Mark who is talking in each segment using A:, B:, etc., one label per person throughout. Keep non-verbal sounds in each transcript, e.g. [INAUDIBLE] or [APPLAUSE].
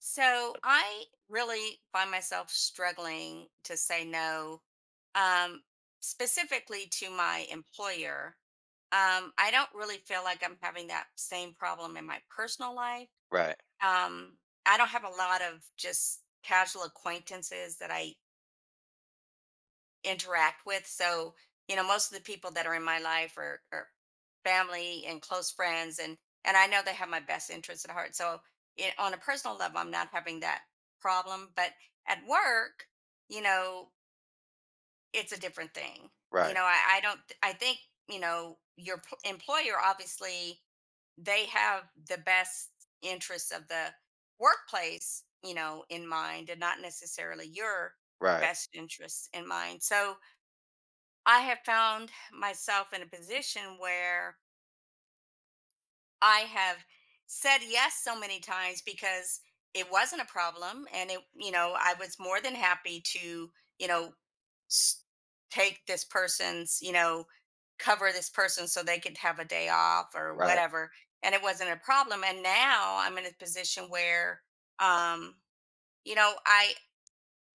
A: So I really find myself struggling to say no, um, specifically to my employer. I don't really feel like I'm having that same problem in my personal life.
B: Right,
A: Um, I don't have a lot of just casual acquaintances that I interact with. So, you know, most of the people that are in my life are family and close friends, and I know they have my best interests at heart. So, on a personal level, I'm not having that problem. But at work, you know, it's a different thing. You
B: right,
A: know, I don't. I think you know your employer obviously they have the best interests of the workplace, you know, in mind, and not necessarily your
B: right,
A: best interests in mind. So, I have found myself in a position where I have said yes so many times because it wasn't a problem and it. I was more than happy to you know s- take this person's, you know, cover this person so they could have a day off or
B: right.
A: whatever, and it wasn't a problem. And now I'm in a position where, um you know, I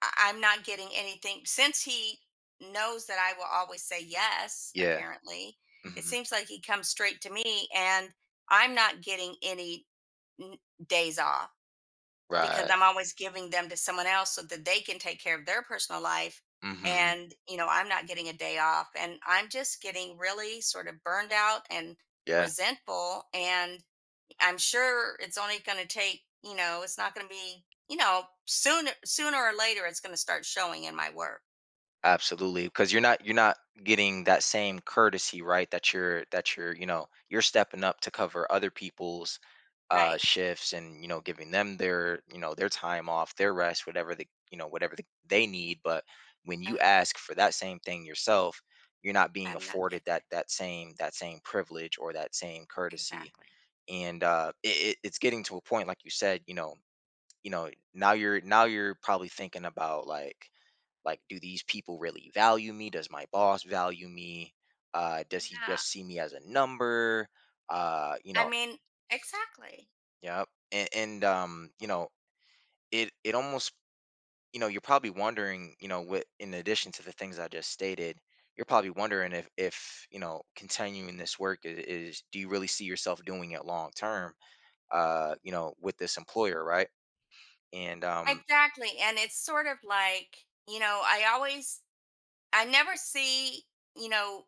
A: I- I'm not getting anything since he knows that I will always say yes,
B: Yeah.
A: apparently. It
B: Mhm.
A: seems like he comes straight to me and I'm not getting any n- days off because
B: Right.
A: I'm always giving them to someone else so that they can take care of their personal life.
B: Mhm.
A: And you know, I'm not getting a day off and I'm just getting really sort of burned out and
B: Yeah,
A: resentful, and I'm sure it's only going to take, you know, it's not going to be, you know, sooner or later it's going to start showing in my work.
B: absolutely. Because 'cause you're not getting that same courtesy, right, that you're, you're stepping up to cover other people's,
A: Right.
B: shifts and, giving them their, their time off, their rest, whatever they need, but when
A: Uh,
B: you ask for that same thing yourself, you're not being
A: I'm not
B: afforded
A: getting
B: that
A: it.
B: that same that same privilege or that same courtesy,
A: Exactly.
B: and, it's getting to a point, like you said, now you're probably thinking about like do these people really value me, does my boss value me, does he
A: Yeah.
B: just see me as a number, uh you
A: I
B: know
A: mean, exactly.
B: yep, and it almost, you're probably wondering, what in addition to the things I just stated, you're probably wondering if continuing this work is, do you really see yourself doing it long term, with this employer, right? and
A: Exactly. And it's sort of like, you know, I always I never see, you know,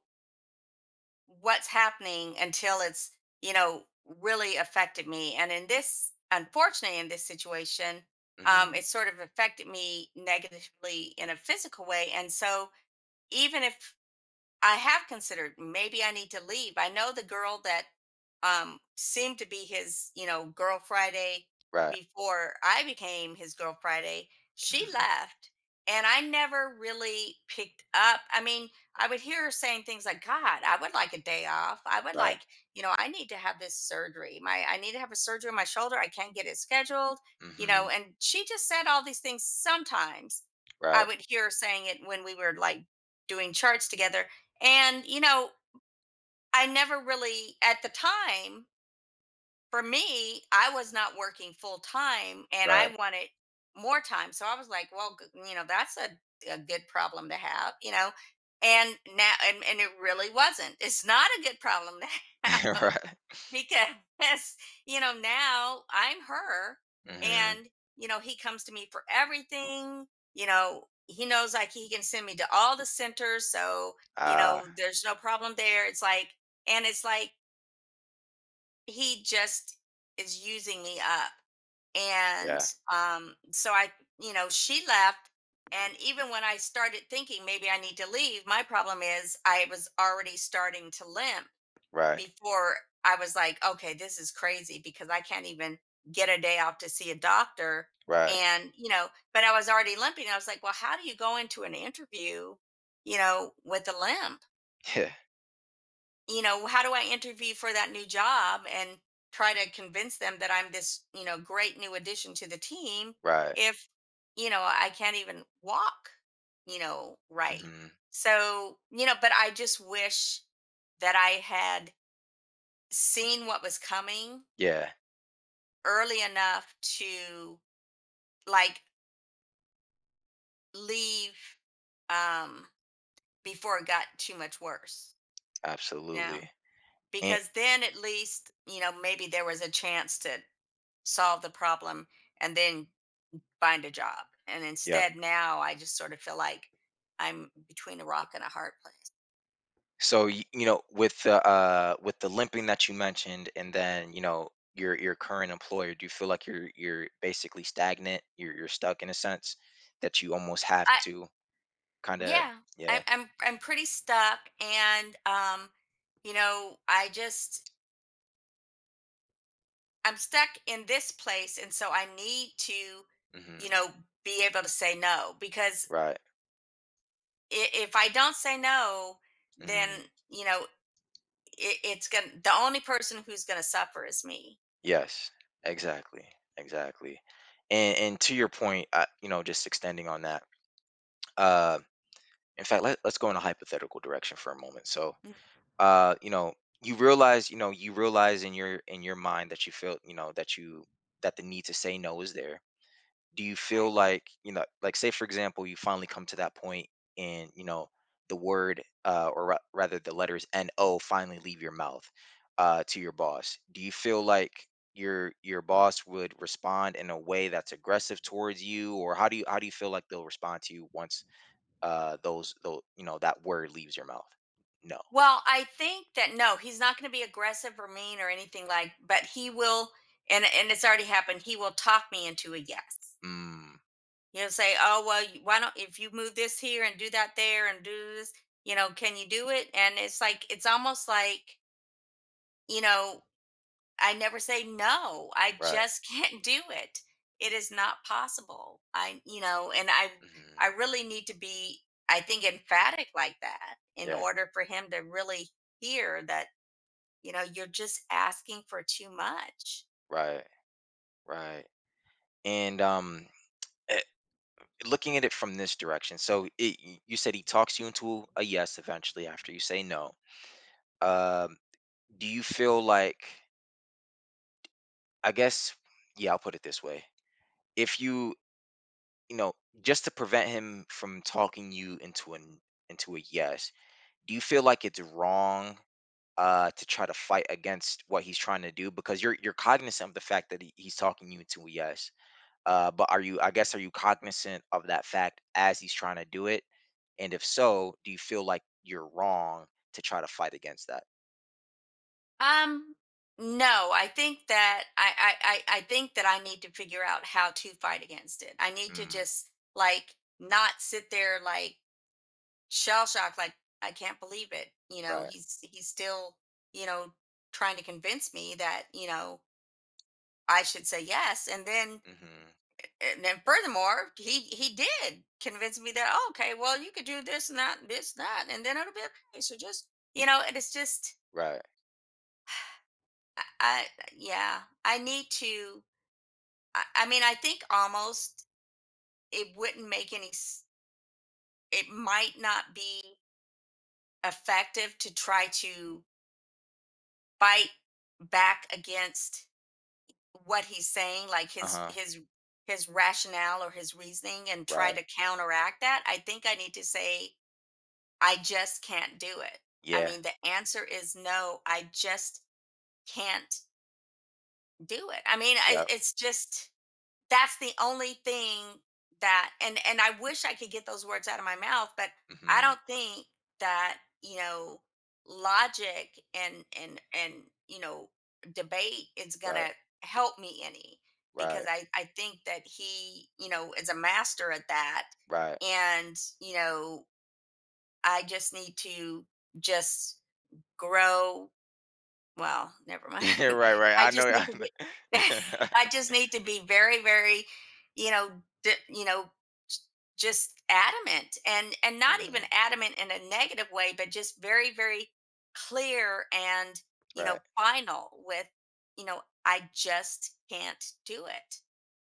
A: what's happening until it's, you know, really affected me. And in this, unfortunately, in this situation,
B: Mhm,
A: it sort of affected me negatively in a physical way. And so, even if, I have considered maybe I need to leave. I know the girl that, seemed to be his, you know, girl Friday
B: right,
A: before I became his girl Friday, she
B: mhm,
A: left, and I never really picked up. I mean, I would hear her saying things like, God, I would like a day off. I would
B: right.
A: like, you know, I need to have this surgery. My I need to have a surgery on my shoulder. I can't get it scheduled, you know.
B: Mhm.
A: And she just said all these things sometimes. I
B: Right,
A: would hear her saying it when we were like doing charts together. And, you know, I never really, at the time, for me, I was not working full time and
B: right,
A: I wanted more time. So I was like, well, you know, that's a good problem to have, you know. And now, and it really wasn't. It's not a good problem to [LAUGHS] have
B: [LAUGHS] right.
A: because [LAUGHS] you know now I'm her.
B: Mhm.
A: And you know he comes to me for everything. You know he knows like he can send me to all the centers, so you
B: Ah,
A: know there's no problem there. It's like, and it's like, he just is using me up. And
B: yeah.
A: so I you know she left. And even when I started thinking maybe I need to leave, my problem is I was already starting to limp
B: Right,
A: before. I was like, okay, this is crazy because I can't even get a day off to see a doctor.
B: right.
A: And, you know, but I was already limping. I was like, well, how do you go into an interview, you know, with a limp?
B: [LAUGHS] Yeah,
A: You know, how do I interview for that new job and try to convince them that I'm this, you know, great new addition to the team
B: right.
A: if, you know, I can't even walk, you know, right?
B: Mhm.
A: So, you know, but I just wish that I had seen what was coming
B: Yeah,
A: early enough to like leave, um before it got too much worse. You know,
B: absolutely. And,
A: because then at least, you know, maybe there was a chance to solve the problem and then find a job. And
B: yeah.
A: instead now I just sort of feel like I'm between a rock and a hard place.
B: So, with the limping that you mentioned, and then, your current employer, do you feel like you're basically stagnant? You're stuck in a sense that you almost have
A: I
B: to kinda.
A: Yeah,
B: Yeah.
A: I'm pretty stuck. And you know I just, I'm stuck in this place, and so I need to,
B: Mhm.
A: you know, be able to say no. Because
B: Right.
A: if I don't say no,
B: Mhm.
A: then you know it's gonna. The only person who's gonna suffer is me.
B: Yes, exactly, exactly. And to your point, I, just extending on that. Uh, in fact, let's go in a hypothetical direction for a moment. So,
A: Mm.
B: uh, you know, you realize, in your mind, that you feel, that the need to say no is there. Do you feel
A: Right?
B: like, like say for example, you finally come to that point, and the word, or rather, the letters "no", finally leave your mouth, to your boss? Do you feel like your boss would respond in a way that's aggressive towards you, or how do you feel like they'll respond to you once, those that word leaves your mouth? No.
A: Well, I think that no, he's not gonna be aggressive or mean or anything like. But he will, and it's already happened. He will talk me into a yes.
B: Mm,
A: He'll say, "Oh well, why don't if you move this here and do that there and do this, you know, can you do it?" And it's like, it's almost like, you know, I never say no. I
B: right.
A: just can't [LAUGHS] do it. It is not possible. I, you know, and
B: Hmm.
A: I really need to be, I think, emphatic like that in
B: Yeah.
A: order for him to really hear that, you know, you're just asking for too much.
B: Right, right. and Looking at it from this direction. So, you said he talks you into a yes eventually after you say no. Um, do you feel like, I guess, yeah, I'll put it this way. If you, you know, just to prevent him from talking you into an into a yes, do you feel like it's wrong, to try to fight against what he's trying to do, because you're cognizant of the fact that he's talking you into a yes. But I guess, are you cognizant of that fact as he's trying to do it? And if so, do you feel like you're wrong to try to fight against that?
A: Um, no, I think that I think that I need to figure out how to fight against it. I need to
B: Mm,
A: just like not sit there like shell shocked, like I can't believe it. You know,
B: right.
A: he's still, you know, trying to convince me that, you know, I should say yes. And then,
B: Hmm.
A: and then furthermore, he did convince me that "Oh, okay, well you could do this and that and this and that, and then it'll be okay, so just, you know." And it's just,
B: Right.
A: I yeah, I need to, I mean, I think almost, it wouldn't make any it might not be effective to try to fight back against what he's saying, like
B: Uh huh.
A: his rationale or his reasoning and try
B: Right.
A: to counteract that. I think I need to say I just can't do it. I
B: Yeah.
A: mean, the answer is no, I just can't do it. I mean,
B: Yep.
A: it's just that's the only thing. That And I wish I could get those words out of my mouth, but I
B: Hmm.
A: don't think that, you know, logic and, you know, debate is going
B: Right.
A: to help me any. Because
B: Right.
A: I think that he, you know, is a master at that.
B: Right.
A: And, you know, I just need to just grow, well, never
B: [LAUGHS]
A: mind.
B: Yeah, right. Right.
A: [LAUGHS] I
B: I know.
A: just need
B: I
A: to get
B: know.
A: [LAUGHS] I just need to be very, you know, d you know, j just adamant. And
B: [LAUGHS]
A: not even
B: Hmm.
A: adamant in a negative way, but just very, very clear, and, you know,
B: Right.
A: final with, you know, I just can't do it.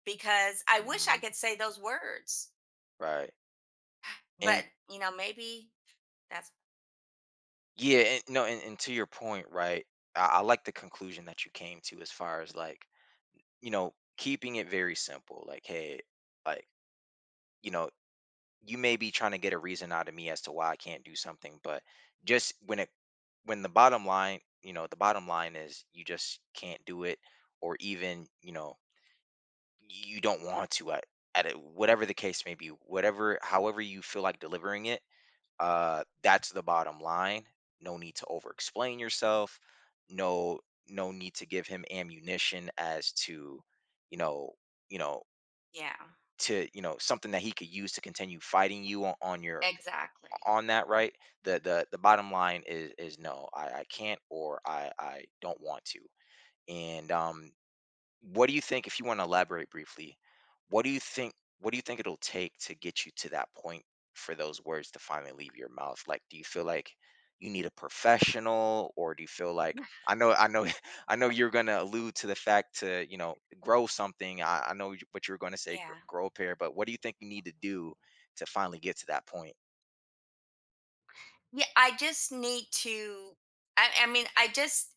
A: Because I wish I
B: Hmm.
A: could say those words,
B: Right. And,
A: but, you know, maybe that's,
B: yeah. And, no. And, to your point, right. I like the conclusion that you came to, as far as like, keeping it very simple. Like, hey, like, you know, you may be trying to get a reason out of me as to why I can't do something, but just when the bottom line, you know, the bottom line is, you just can't do it, or even, you don't want to, at it, whatever the case may be, whatever however you feel like delivering it, that's the bottom line. No need to over explain yourself. No no need to give him ammunition as to, you know, you know,
A: yeah,
B: to, something that he could use to continue fighting you
A: exactly.
B: on that, right? The bottom line is no. I can't, or I don't want to. And what do you think, if you want to elaborate briefly, what do you think what do you think it'll take to get you to that point, for those words to finally leave your mouth? Like, do you feel like you need a professional, or do you feel like...
A: [LAUGHS]
B: I know. [LAUGHS] I know you're gonna allude to the fact to, grow something. I know what you're gonna say: gr-
A: Yeah.
B: grow a pair. But what do you think you need to do to finally get to that point?
A: Yeah, I just need to. I mean, I just,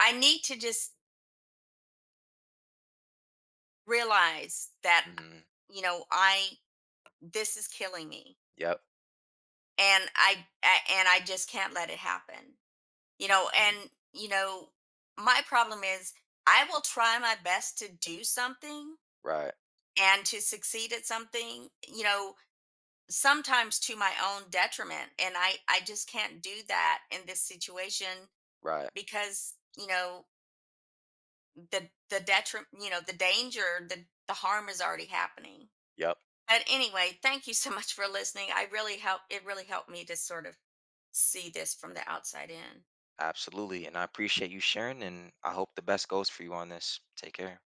A: I need to just realize that,
B: Hmm.
A: you know, I this is killing me,
B: Yep.
A: and I just can't let it happen. You know,
B: Mhm.
A: and you know my problem is I will try my best to do something
B: Right,
A: and to succeed at something. You know, sometimes to my own detriment, and I just can't do that in this situation.
B: right.
A: Because you know the detriment, you know, the danger, the harm is already happening.
B: Yep,
A: But anyway, thank you so much for listening. I really help It really helped me to sort of see this from the outside in.
B: absolutely. And I appreciate you sharing, and I hope the best goes for you on this. Take care.